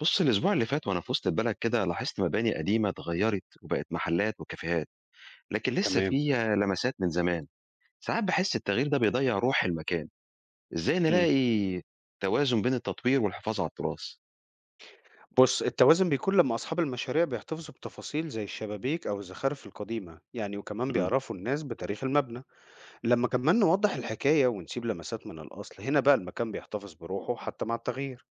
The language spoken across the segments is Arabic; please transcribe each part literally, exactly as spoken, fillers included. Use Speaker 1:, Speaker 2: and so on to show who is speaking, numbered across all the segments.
Speaker 1: بُص، الأسبوع اللي فات وأنا في وسط البلد كده لاحظت مباني قديمة اتغيّرت وبقت محلات وكافيهات، لكن لسه
Speaker 2: تمام.
Speaker 1: فيها لمسات من زمان. ساعات باحس التغيير ده بيضيّع روح المكان، إزاي
Speaker 2: إمم.
Speaker 1: نلاقي توازن بين التطوير والحفاظ على التراث؟
Speaker 2: بُص، التوازن بيكون لمّا أصحاب المشاريع بيحتفظوا بتفاصيل زي الشبابيك أو الزخارف القديمة، يعني وكمان
Speaker 1: إمم،
Speaker 2: بيعرفوا الناس بتاريخ المبنى. لمّا كمان نوضّح الحكاية ونسيب لمسات من الأصل، هنا بقى المكان بيحتفظ بروحه حتى مع التغيير.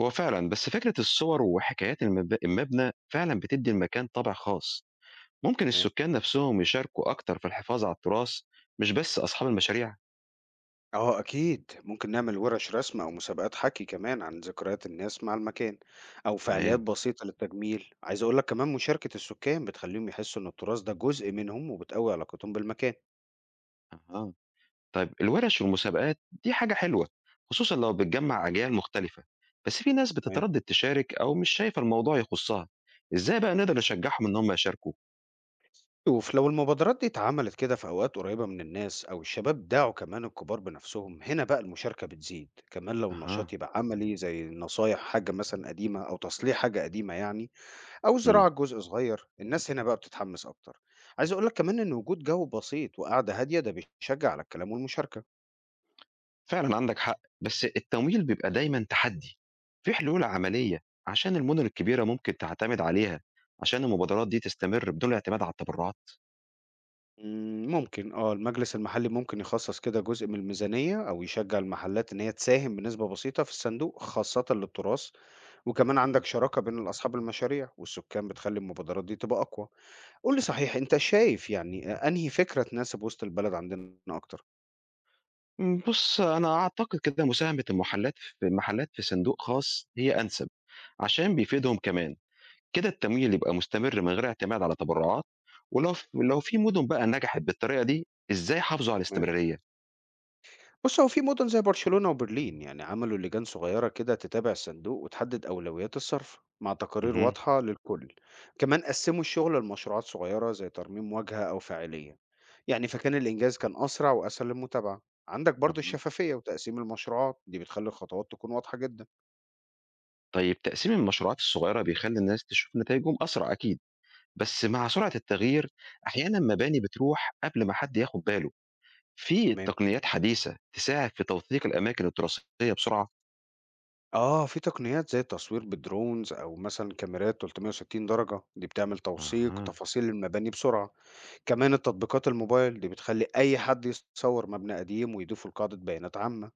Speaker 1: هو فعلًا بس فكرة الصور وحكايات المب المبنى فعلًا بتدّي المكان طابع خاص. ممكن
Speaker 2: تمام.
Speaker 1: السكان نفسهم يشاركوا أكتر في الحفاظ على التراث مش بس أصحاب المشاريع؟
Speaker 2: آه أكيد، ممكن نعمل ورش رسم أو مسابقات حكي كمان عن ذكريات الناس مع المكان، أو فعاليات
Speaker 1: تمام،
Speaker 2: بسيطة للتجميل. عايز أقول لك كمان مشاركة السكان بتخلّيهم يحسوا إن التراث ده جزء منهم وبتقوي علاقتهم بالمكان.
Speaker 1: أها. طيب الورش والمسابقات دي حاجة حلوة خصوصا لو بتجمع أجيال مختلفة، بس في ناس
Speaker 2: تمام.
Speaker 1: بتتردد تشارك أو مش شايفة الموضوع يخصها. إزاي بقى نقدر نشجعهم إن هم يشاركوا؟
Speaker 2: شوف لو المبادرات دي اتعملت كده في أوقات قريبة من الناس أو الشباب دعوا كمان الكبار بنفسهم، هنا بقى المشاركة بتزيد، كمان لو النشاط
Speaker 1: أها.
Speaker 2: يبقى عملي زي نصايح حاجة مثلا قديمة أو تصليح حاجة قديمة يعني، أو زراعة
Speaker 1: مم.
Speaker 2: جزء صغير، الناس هنا بقى بتتحمس أكتر. عايز أقولك كمان إن وجود جو بسيط وقعدة هادية ده بيشجع على الكلام والمشاركة.
Speaker 1: فعلا عندك حق، بس التمويل بيبقى دايما تحدي. في حلول عملية عشان المدن الكبيرة ممكن تعتمد عليها عشان المبادرات دي تستمر بدون الاعتماد على التبرعات؟
Speaker 2: إمم، ممكن آه، المجلس المحلي ممكن يخصص كده جزء من الميزانية أو يشجع المحلات إن هي تساهم بنسبة بسيطة في الصندوق خاصة للتراث، وكمان عندك
Speaker 1: مم،
Speaker 2: شراكة بين أصحاب المشاريع والسكان بتخلّي المبادرات دي تبقى أقوى. قُل لي
Speaker 1: فعلا.
Speaker 2: صحيح، أنت شايف يعني أ أنهي فكرة تناسب وسط البلد عندنا أكتر؟
Speaker 1: مم، بص أنا أعتقد كده مساهمة المحلات في المحلات في صندوق خاص هي أنسب عشان بيفيدهم كمان، كده التمويل يبقى مستمر من غير اعتماد على تبرعات، ولو ف لو في مدن بقى نجحت بالطريقة دي، إزاي حافظوا على الاستمرارية؟
Speaker 2: بُص، هو في مدن زي برشلونة وبرلين يعني عملوا لجان صغيرة كده تتابع الصندوق وتحدد أولويات الصرف مع تقارير
Speaker 1: اهم.
Speaker 2: واضحة للكل، كمان قسموا الشغل لمشروعات صغيرة زي ترميم واجهة أو فاعلية، يعني فكان الإنجاز كان أسرع وأسهل للمتابعة، عندك برضو
Speaker 1: أها.
Speaker 2: الشفافية وتقسيم المشروعات دي بتخلي الخطوات تكون واضحة جدًا،
Speaker 1: طيب تقسيم المشروعات الصغيرة بيخلّي الناس تشوف نتايجهم أسرع أكيد، بس مع سرعة التغيير أحيانًا مباني بتروح قبل ما حد ياخد باله، في
Speaker 2: تمام،
Speaker 1: تقنيات حديثة تساعد في توثيق الأماكن التراثية بسرعة؟
Speaker 2: آه في تقنيات زي التصوير بالدرونز أو مثلًا كاميرات ثلاث مية وستين درجة دي بتعمل توثيق
Speaker 1: أها.
Speaker 2: تفاصيل المباني بسرعة. كمان التطبيقات الموبايل دي بتخلّي أي حد يصور مبنى قديم ويضيفه لقاعدة بيانات عامة،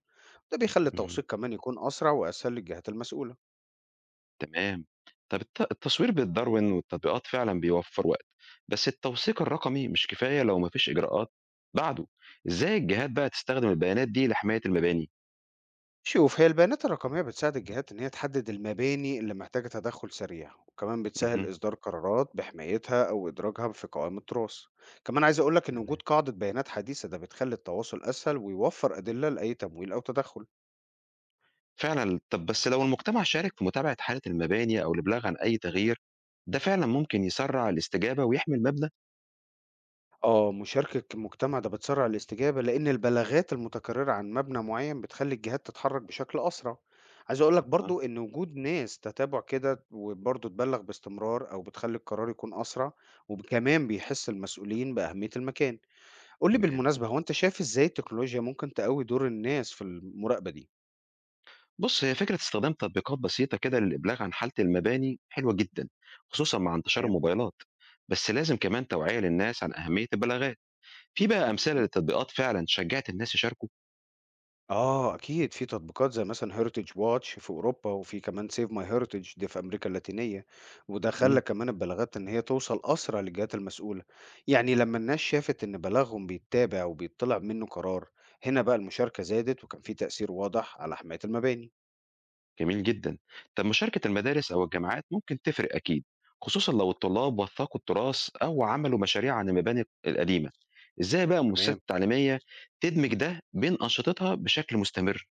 Speaker 2: ده بيخلّي
Speaker 1: اهم.
Speaker 2: التوثيق كمان يكون أسرع وأسهل للجهات المسؤولة.
Speaker 1: تمام. طب الت التصوير بالداروين والتطبيقات فعلًا بيوفّر وقت، بس التوثيق الرقمي مش كفاية لو ما فيش إجراءات بعده، إزاي الجهات بقى تستخدم البيانات دي لحماية المباني؟
Speaker 2: شوف هي البيانات الرقمية بتساعد الجهات إن هي تحدد المباني اللي محتاجة تدخُّل سريع، وكمان
Speaker 1: اهم،
Speaker 2: بتسهّل إصدار قرارات بحمايتها أو إدراجها في قوائم التراث. كمان عايز أقول لك إن وجود
Speaker 1: تمام.
Speaker 2: قاعدة بيانات حديثة ده بتخلّي التواصل أسهل ويوفّر أدلة لأي تمويل أو تدخُّل.
Speaker 1: فعلًا، طب بس لو المجتمع شارك في متابعة حالة المباني أو الإبلاغ عن أي تغيير، ده فعلًا ممكن يسرّع الاستجابة ويحمي المبنى؟
Speaker 2: آه، مشاركة المجتمع ده بتسرّع الاستجابة، لإن البلاغات المتكررة عن مبنى معيّن بتخلّي الجهات تتحرّك بشكل أسرع. عايز أقول لك
Speaker 1: أها،
Speaker 2: برضه إن وجود ناس تتابع كده وبرضه تبلّغ باستمرار أو بتخلّي القرار يكون أسرع، وكمان بيحس المسؤولين بأهمية المكان. قُل لي
Speaker 1: تمام.
Speaker 2: بالمناسبة، هو أنت شايف إزاي التكنولوجيا ممكن تقوّي دور الناس في المراقبة دي؟
Speaker 1: بُص، هي فكرة استخدام تطبيقات بسيطة كده للإبلاغ عن حالة المباني حلوة جدًا، خصوصًا مع انتشار
Speaker 2: تمام.
Speaker 1: الموبايلات، بس لازم كمان توعية للناس عن أهمية البلاغات. في بقى أمثلة
Speaker 2: إمم.
Speaker 1: لتطبيقات فعلًا شجّعت الناس يشاركوا؟
Speaker 2: آه أكيد، في تطبيقات زي مثلًا heritage watch في أوروبا، وفي كمان save my heritage دي في أمريكا اللاتينية، وده خلّى
Speaker 1: إمم.
Speaker 2: كمان البلاغات إن هي توصل أسرع للجهات المسؤولة، يعني لمّا الناس شافت إن بلاغهم بيتّابع وبيطّلع منّه قرار، هنا بقى المشاركة زادت وكان في تأثير واضح على حماية المباني.
Speaker 1: جميل جدًا. طب مشاركة المدارس أو الجامعات ممكن تفرق أكيد، خصوصًا لو الطلاب وثّقوا التراث أو عملوا مشاريع عن المباني القديمة. إزاي بقى المؤسسات
Speaker 2: تمام.
Speaker 1: التعليمية تدمج ده بين أنشطتها بشكل مستمر؟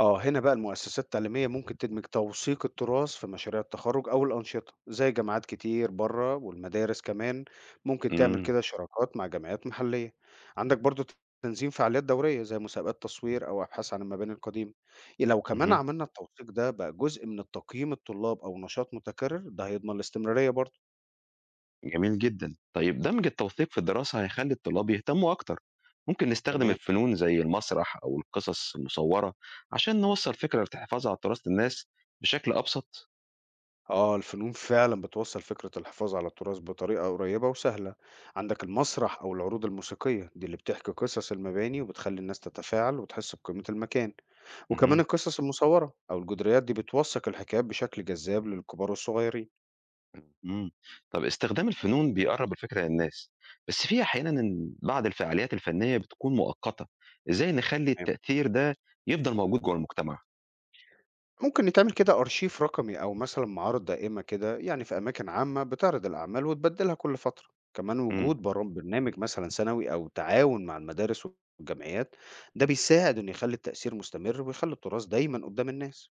Speaker 2: آه، هنا بقى المؤسسات التعليمية ممكن تدمج توثيق التراث في مشاريع التخرج أو الأنشطة زي جامعات كتير بره، والمدارس كمان ممكن تعمل
Speaker 1: إمم،
Speaker 2: كده شراكات مع جمعيات محلية. عندك برضو تنظيم فعاليات دورية زي مسابقات تصوير أو أبحاث عن المباني القديمة. إيه لو كمان
Speaker 1: اهم.
Speaker 2: عملنا التوثيق ده بقى جزء من التقييم الطلاب أو نشاط متكرر، ده هيضمن الاستمرارية برضو.
Speaker 1: جميل جدًا. طيب دمج التوثيق في الدراسة هيخلّي الطلاب يهتموا أكتر. ممكن نستخدم
Speaker 2: تمام.
Speaker 1: الفنون زي المسرح أو القصص المصوّرة عشان نوصّل فكرة الحفاظ على تراث للناس بشكل أبسط؟
Speaker 2: آه، الفنون فعلًا بتوصّل فكرة الحفاظ على التراث بطريقة قريبة وسهلة، عندك المسرح أو العروض الموسيقية دي اللي بتحكي قصص المباني وبتخلّي الناس تتفاعل وتحس بقيمة المكان، وكمان
Speaker 1: اهم.
Speaker 2: القصص المصورة أو الجدريات دي بتوثّق الحكايات بشكل جذاب للكبار والصغيرين.
Speaker 1: إمم. طَب استخدام الفنون بيقرّب الفكرة للناس، بس في أحيانًا إن بعض الفعاليات الفنية بتكون مؤقتة، إزاي نخلّي التأثير ده يفضل موجود جوّه المجتمع؟
Speaker 2: ممكن يتعمل كده أرشيف رقمي أو مثلا معارض دائمة كده، يعني في أماكن عامة بتعرض الأعمال وتبدلها كل فترة. كمان
Speaker 1: إمم.
Speaker 2: وجود برا- برنامج مثلا سنوي أو تعاون مع المدارس والجمعيات، ده بيساعد إنه يخلي التأثير مستمر ويخلي التراث دايما قدام الناس.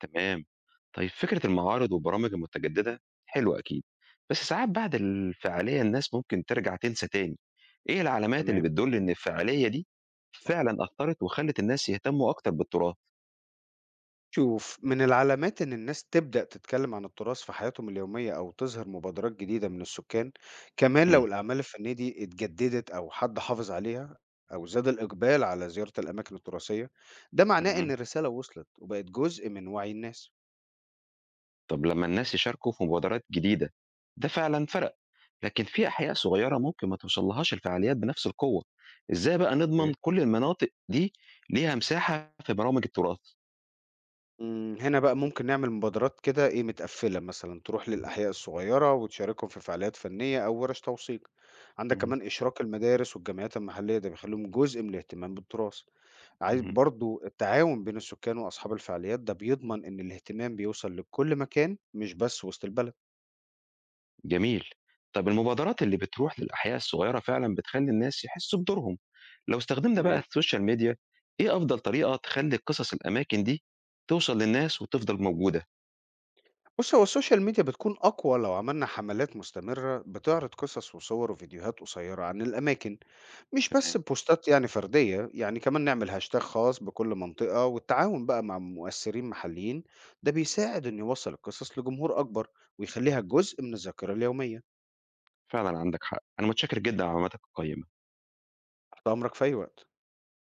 Speaker 1: تمام، طيب فكرة المعارض والبرامج المتجددة حلوة أكيد، بس ساعات بعد الفعالية الناس ممكن ترجع تنسى تاني، إيه العلامات اللي
Speaker 2: تمام.
Speaker 1: بتدُل إن الفعالية دي فعلًا أثّرت وخلّت الناس يهتموا أكتر بالتراث؟
Speaker 2: شوف، من العلامات إن الناس تبدأ تتكلم عن التراث في حياتهم اليومية أو تظهر مبادرات جديدة من السكان، كمان لو
Speaker 1: إمم،
Speaker 2: الأعمال الفنية دي اتجددت أو حد حافظ عليها، أو زاد الإقبال على زيارة الأماكن التراثية، ده معناه إن
Speaker 1: اهم.
Speaker 2: الرسالة وصلت وبقت جزء من وعي الناس.
Speaker 1: طَب لمّا الناس يشاركوا في مبادرات جديدة، ده فعلًا فرَق، لكن في أحياء صغيرة ممكن ما توصلّهاش الفعاليات بنفس القوة، إزاي بقى نضمن
Speaker 2: اوكي.
Speaker 1: كل المناطق دي ليها مساحة في برامج التراث؟
Speaker 2: مم، هنا بقى ممكن نعمل مبادرات كده إيه متقفلة مثلا تروح للأحياء الصغيرة وتشاركهم في فعاليات فنية أو ورش توثيق. عندك
Speaker 1: اهم،
Speaker 2: كمان إشراك المدارس والجمعيات المحلية، ده بيخليهم جزء من الاهتمام بالتراث. عايز
Speaker 1: اهم.
Speaker 2: برضه، التعاون بين السكان وأصحاب الفعاليات ده بيضمن إن الاهتمام بيوصل لكل مكان، مش بس وسط البلد.
Speaker 1: جميل. طب المبادرات اللي بتروح للأحياء الصغيرة فعلًا بتخلّي الناس يحسّوا بدورهم، لو استخدمنا بقى
Speaker 2: تمام.
Speaker 1: السوشيال ميديا، إيه أفضل طريقة تخلّي قصص الأماكن دي توصل للناس وتفضل موجودة؟
Speaker 2: بص، هو السوشيال ميديا بتكون أقوى لو عملنا حملات مستمرة بتعرض قصص وصور وفيديوهات قصيرة عن الأماكن، مش بس
Speaker 1: تمام.
Speaker 2: بوستات يعني فردية، يعني كمان نعمل هاشتاج خاص بكل منطقة والتعاون بقى مع مؤثرين محليين، ده بيساعد إن يوصل القصص لجمهور أكبر ويخليها جزء من الذاكرة اليومية.
Speaker 1: فعلًا عندك حق، أنا متشكر جدًا على معلوماتك القيّمة.
Speaker 2: تحت أمرك في أي وقت.